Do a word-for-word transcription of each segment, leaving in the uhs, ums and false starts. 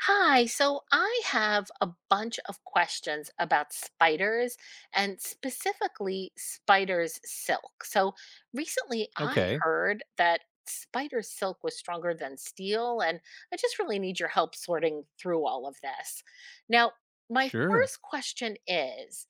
Hi, so I have a bunch of questions about spiders and specifically spiders' silk. So recently I Okay, heard that spider silk was stronger than steel, and I just really need your help sorting through all of this. Now, my sure. first question is: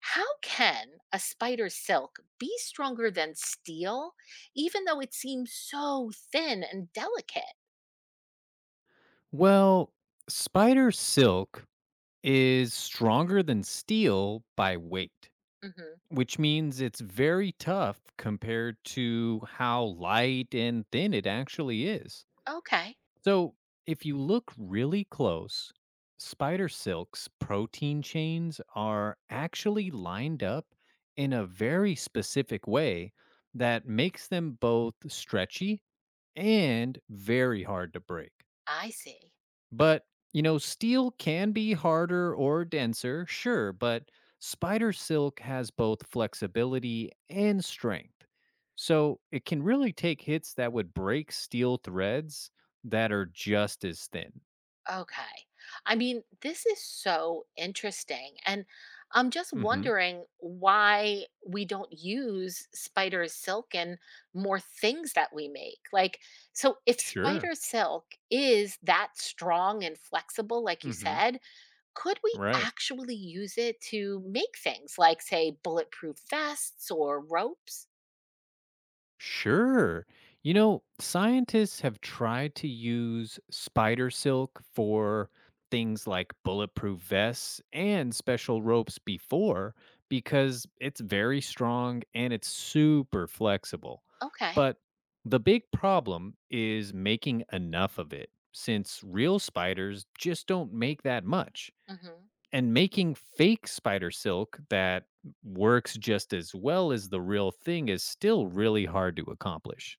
how can a spider's silk be stronger than steel, even though it seems so thin and delicate? Well, spider silk is stronger than steel by weight, Hmm. which means it's very tough compared to how light and thin it actually is. Okay, So, if you look really close, spider silk's protein chains are actually lined up in a very specific way that makes them both stretchy and very hard to break. I see. But, you know, steel can be harder or denser, sure, but spider silk has both flexibility and strength. So it can really take hits that would break steel threads that are just as thin. Okay. I mean, this is so interesting. And I'm just Hmm. wondering why we don't use spider silk and more things that we make. Like, so if Sure. spider silk is that strong and flexible, like you Hmm. said, could we Right. actually use it to make things like, say, bulletproof vests or ropes? Sure. You know, scientists have tried to use spider silk for things like bulletproof vests and special ropes before because it's very strong and it's super flexible. Okay. But the big problem is making enough of it since real spiders just don't make that much, Hmm. and making fake spider silk that works just as well as the real thing is still really hard to accomplish.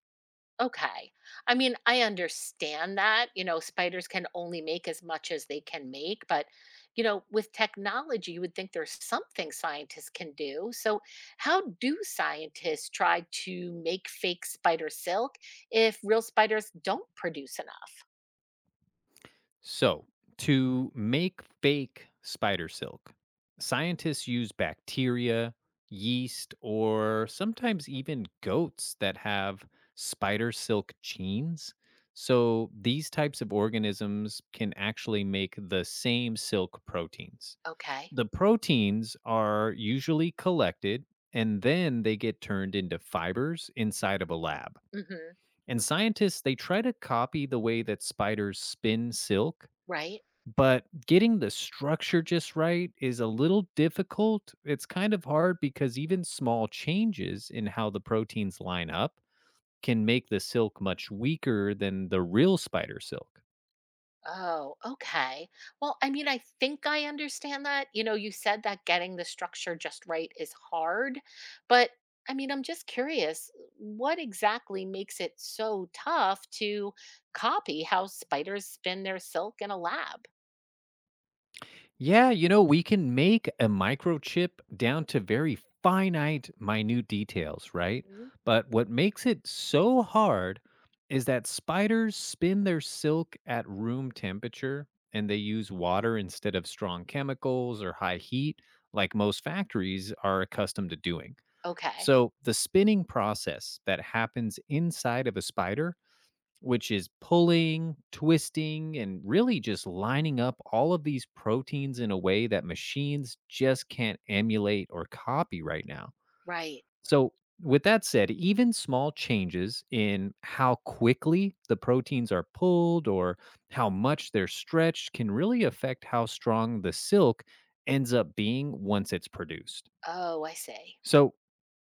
Okay. I mean, I understand that, you know, spiders can only make as much as they can make, but you know, with technology, you would think there's something scientists can do. So, how do scientists try to make fake spider silk if real spiders don't produce enough? So, to make fake spider silk, scientists use bacteria, yeast, or sometimes even goats that have spider silk genes. So, these types of organisms can actually make the same silk proteins. Okay. The proteins are usually collected and then they get turned into fibers inside of a lab. Mhm. And scientists, they try to copy the way that spiders spin silk, Right? but getting the structure just right is a little difficult. It's kind of hard because even small changes in how the proteins line up can make the silk much weaker than the real spider silk. Oh, okay. Well, I mean, I think I understand that. You know, you said that getting the structure just right is hard, but I mean, I'm just curious what exactly makes it so tough to copy how spiders spin their silk in a lab? Yeah, you know, we can make a microchip down to very finite, minute details, right? Mhm. But what makes it so hard is that spiders spin their silk at room temperature and they use water instead of strong chemicals or high heat, like most factories are accustomed to doing. Okay, So, the spinning process that happens inside of a spider, which is pulling, twisting, and really just lining up all of these proteins in a way that machines just can't emulate or copy right now. right. So, with that said, even small changes in how quickly the proteins are pulled or how much they're stretched can really affect how strong the silk ends up being once it's produced. Oh, I see. So,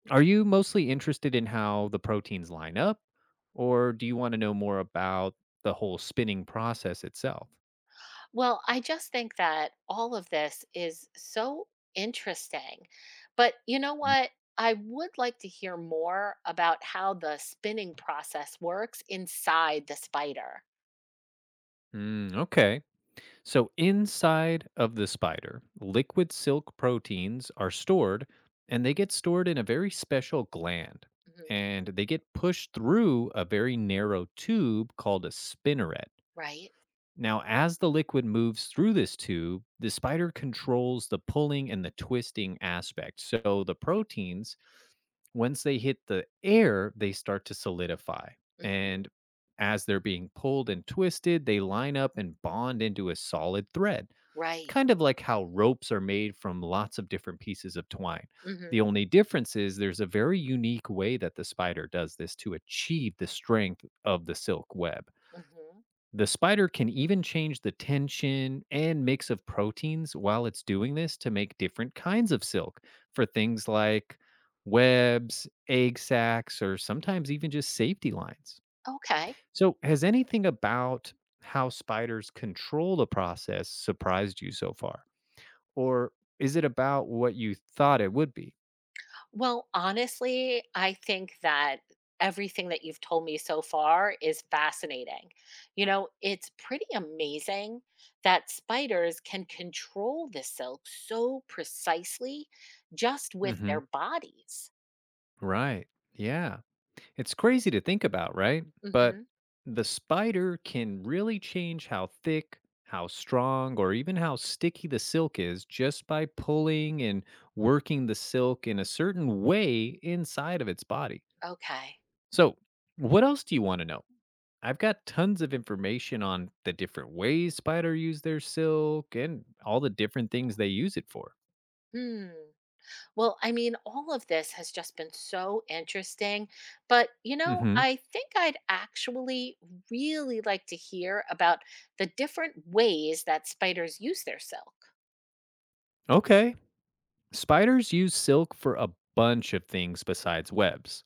are you mostly interested in how the proteins line up, or do you want to know more about the whole spinning process itself? Well, I just think that all of this is so interesting. But you know what? I would like to hear more about how the spinning process works inside the spider. Mm, okay. So inside of the spider, liquid silk proteins are stored, and they get stored in a very special gland Hmm. and they get pushed through a very narrow tube called a spinneret. Right? Now, as the liquid moves through this tube, the spider controls the pulling and the twisting aspect. So the proteins, once they hit the air, they start to solidify. Hmm. And as they're being pulled and twisted, they line up and bond into a solid thread, Right. kind of like how ropes are made from lots of different pieces of twine. Hmm. The only difference is there's a very unique way that the spider does this to achieve the strength of the silk web. Hmm. The spider can even change the tension and mix of proteins while it's doing this to make different kinds of silk for things like webs, egg sacs, or sometimes even just safety lines. Okay. So, has anything about how spiders control the process surprised you so far? Or is it about what you thought it would be? Well, honestly, I think that everything that you've told me so far is fascinating. You know, it's pretty amazing that spiders can control the silk so precisely just with their bodies. Right. Yeah. It's crazy to think about, right? But Hmm. the spider can really change how thick, how strong, or even how sticky the silk is just by pulling and working the silk in a certain way inside of its body. Okay. So, what else do you want to know? I've got tons of information on the different ways spider use their silk and all the different things they use it for. Hmm. Well, I mean, all of this has just been so interesting. But, you know, Mhm. I think I'd actually really like to hear about the different ways that spiders use their silk. Okay, spiders use silk for a bunch of things besides webs.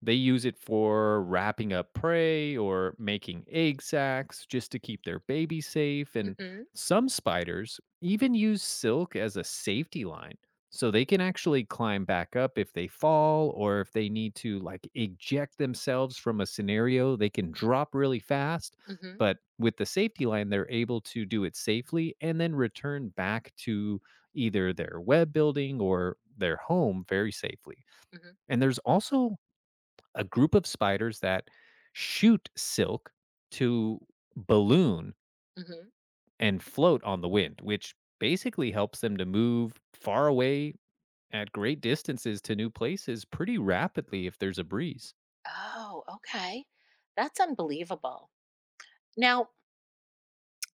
They use it for wrapping up prey or making egg sacs just to keep their baby safe. And Mhm, some spiders even use silk as a safety line so they can actually climb back up if they fall or if they need to like eject themselves from a scenario. They can drop really fast, mhm, but with the safety line, they're able to do it safely and then return back to either their web building or their home very safely. mhm, And there's also a group of spiders that shoot silk to balloon mhm. and float on the wind, which basically helps them to move far away at great distances to new places pretty rapidly if there's a breeze. Oh, okay. That's unbelievable. Now,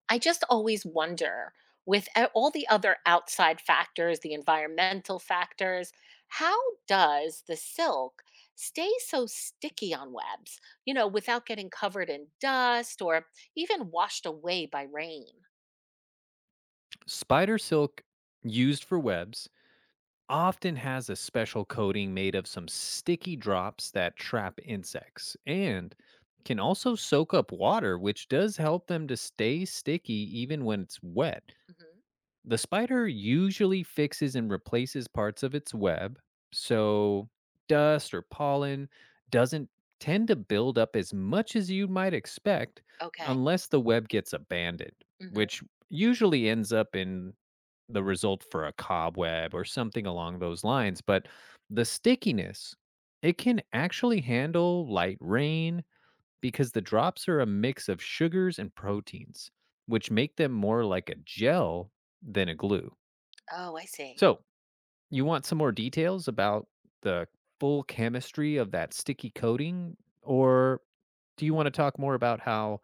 I just always wonder with a- all the other outside factors, the environmental factors, how does the silk stay so sticky on webs, you know, without getting covered in dust or even washed away by rain? Spider silk used for webs often has a special coating made of some sticky drops that trap insects and can also soak up water, which does help them to stay sticky even when it's wet. Hmm. The spider usually fixes and replaces parts of its web, so dust or pollen doesn't tend to build up as much as you might expect, Okay. unless the web gets abandoned, Hmm. which usually ends up in the result for a cobweb or something along those lines. But the stickiness, it can actually handle light rain because the drops are a mix of sugars and proteins, which make them more like a gel than a glue. Oh, I see. So, you want some more details about the full chemistry of that sticky coating? Or do you want to talk more about how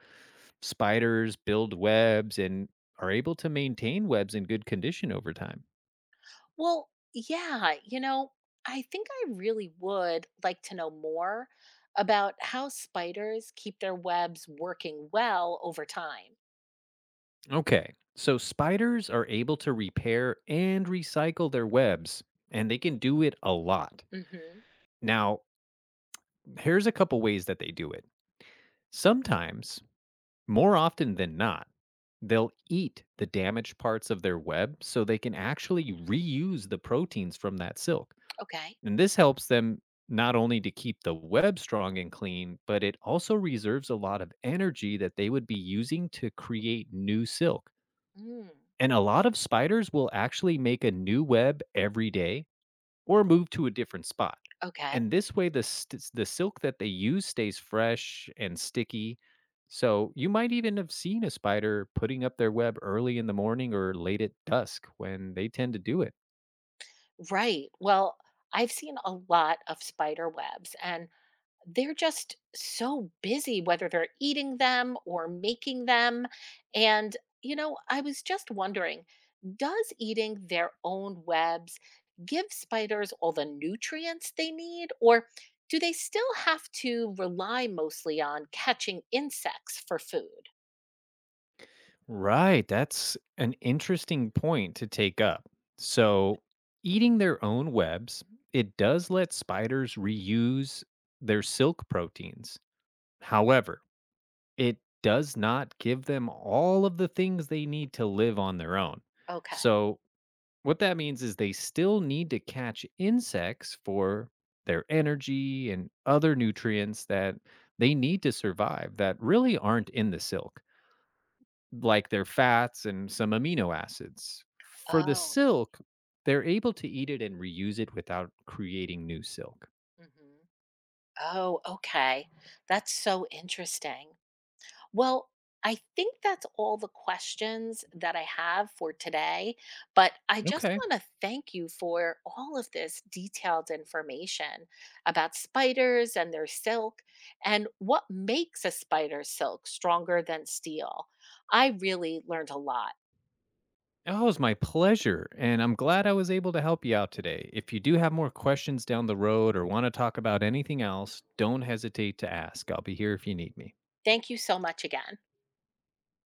spiders build webs and are able to maintain webs in good condition over time? Well, yeah, you know, I think I really would like to know more about how spiders keep their webs working well over time. Okay, so spiders are able to repair and recycle their webs, and they can do it a lot. Hmm. Now, here's a couple ways that they do it. Sometimes, more often than not, they'll eat the damaged parts of their web so they can actually reuse the proteins from that silk. Okay. And this helps them not only to keep the web strong and clean, but it also reserves a lot of energy that they would be using to create new silk. Mm, And a lot of spiders will actually make a new web every day or move to a different spot. okay. And this way, the st- the silk that they use stays fresh and sticky. So you might even have seen a spider putting up their web early in the morning or late at dusk when they tend to do it. Right. Well, I've seen a lot of spider webs, and they're just so busy, whether they're eating them or making them. And, you know, I was just wondering, does eating their own webs give spiders all the nutrients they need, or do they still have to rely mostly on catching insects for food? Right. That's an interesting point to take up. So, eating their own webs, it does let spiders reuse their silk proteins. However, it does not give them all of the things they need to live on their own. Okay. So, what that means is they still need to catch insects for their energy and other nutrients that they need to survive that really aren't in the silk, like their fats and some amino acids. For the Oh. silk, they're able to eat it and reuse it without creating new silk. Hmm. Oh, okay. That's so interesting. Well, I think that's all the questions that I have for today, but I just Okay. want to thank you for all of this detailed information about spiders and their silk and what makes a spider silk stronger than steel. I really learned a lot. Oh, it's my pleasure. And I'm glad I was able to help you out today. If you do have more questions down the road or want to talk about anything else, don't hesitate to ask. I'll be here if you need me. Thank you so much again.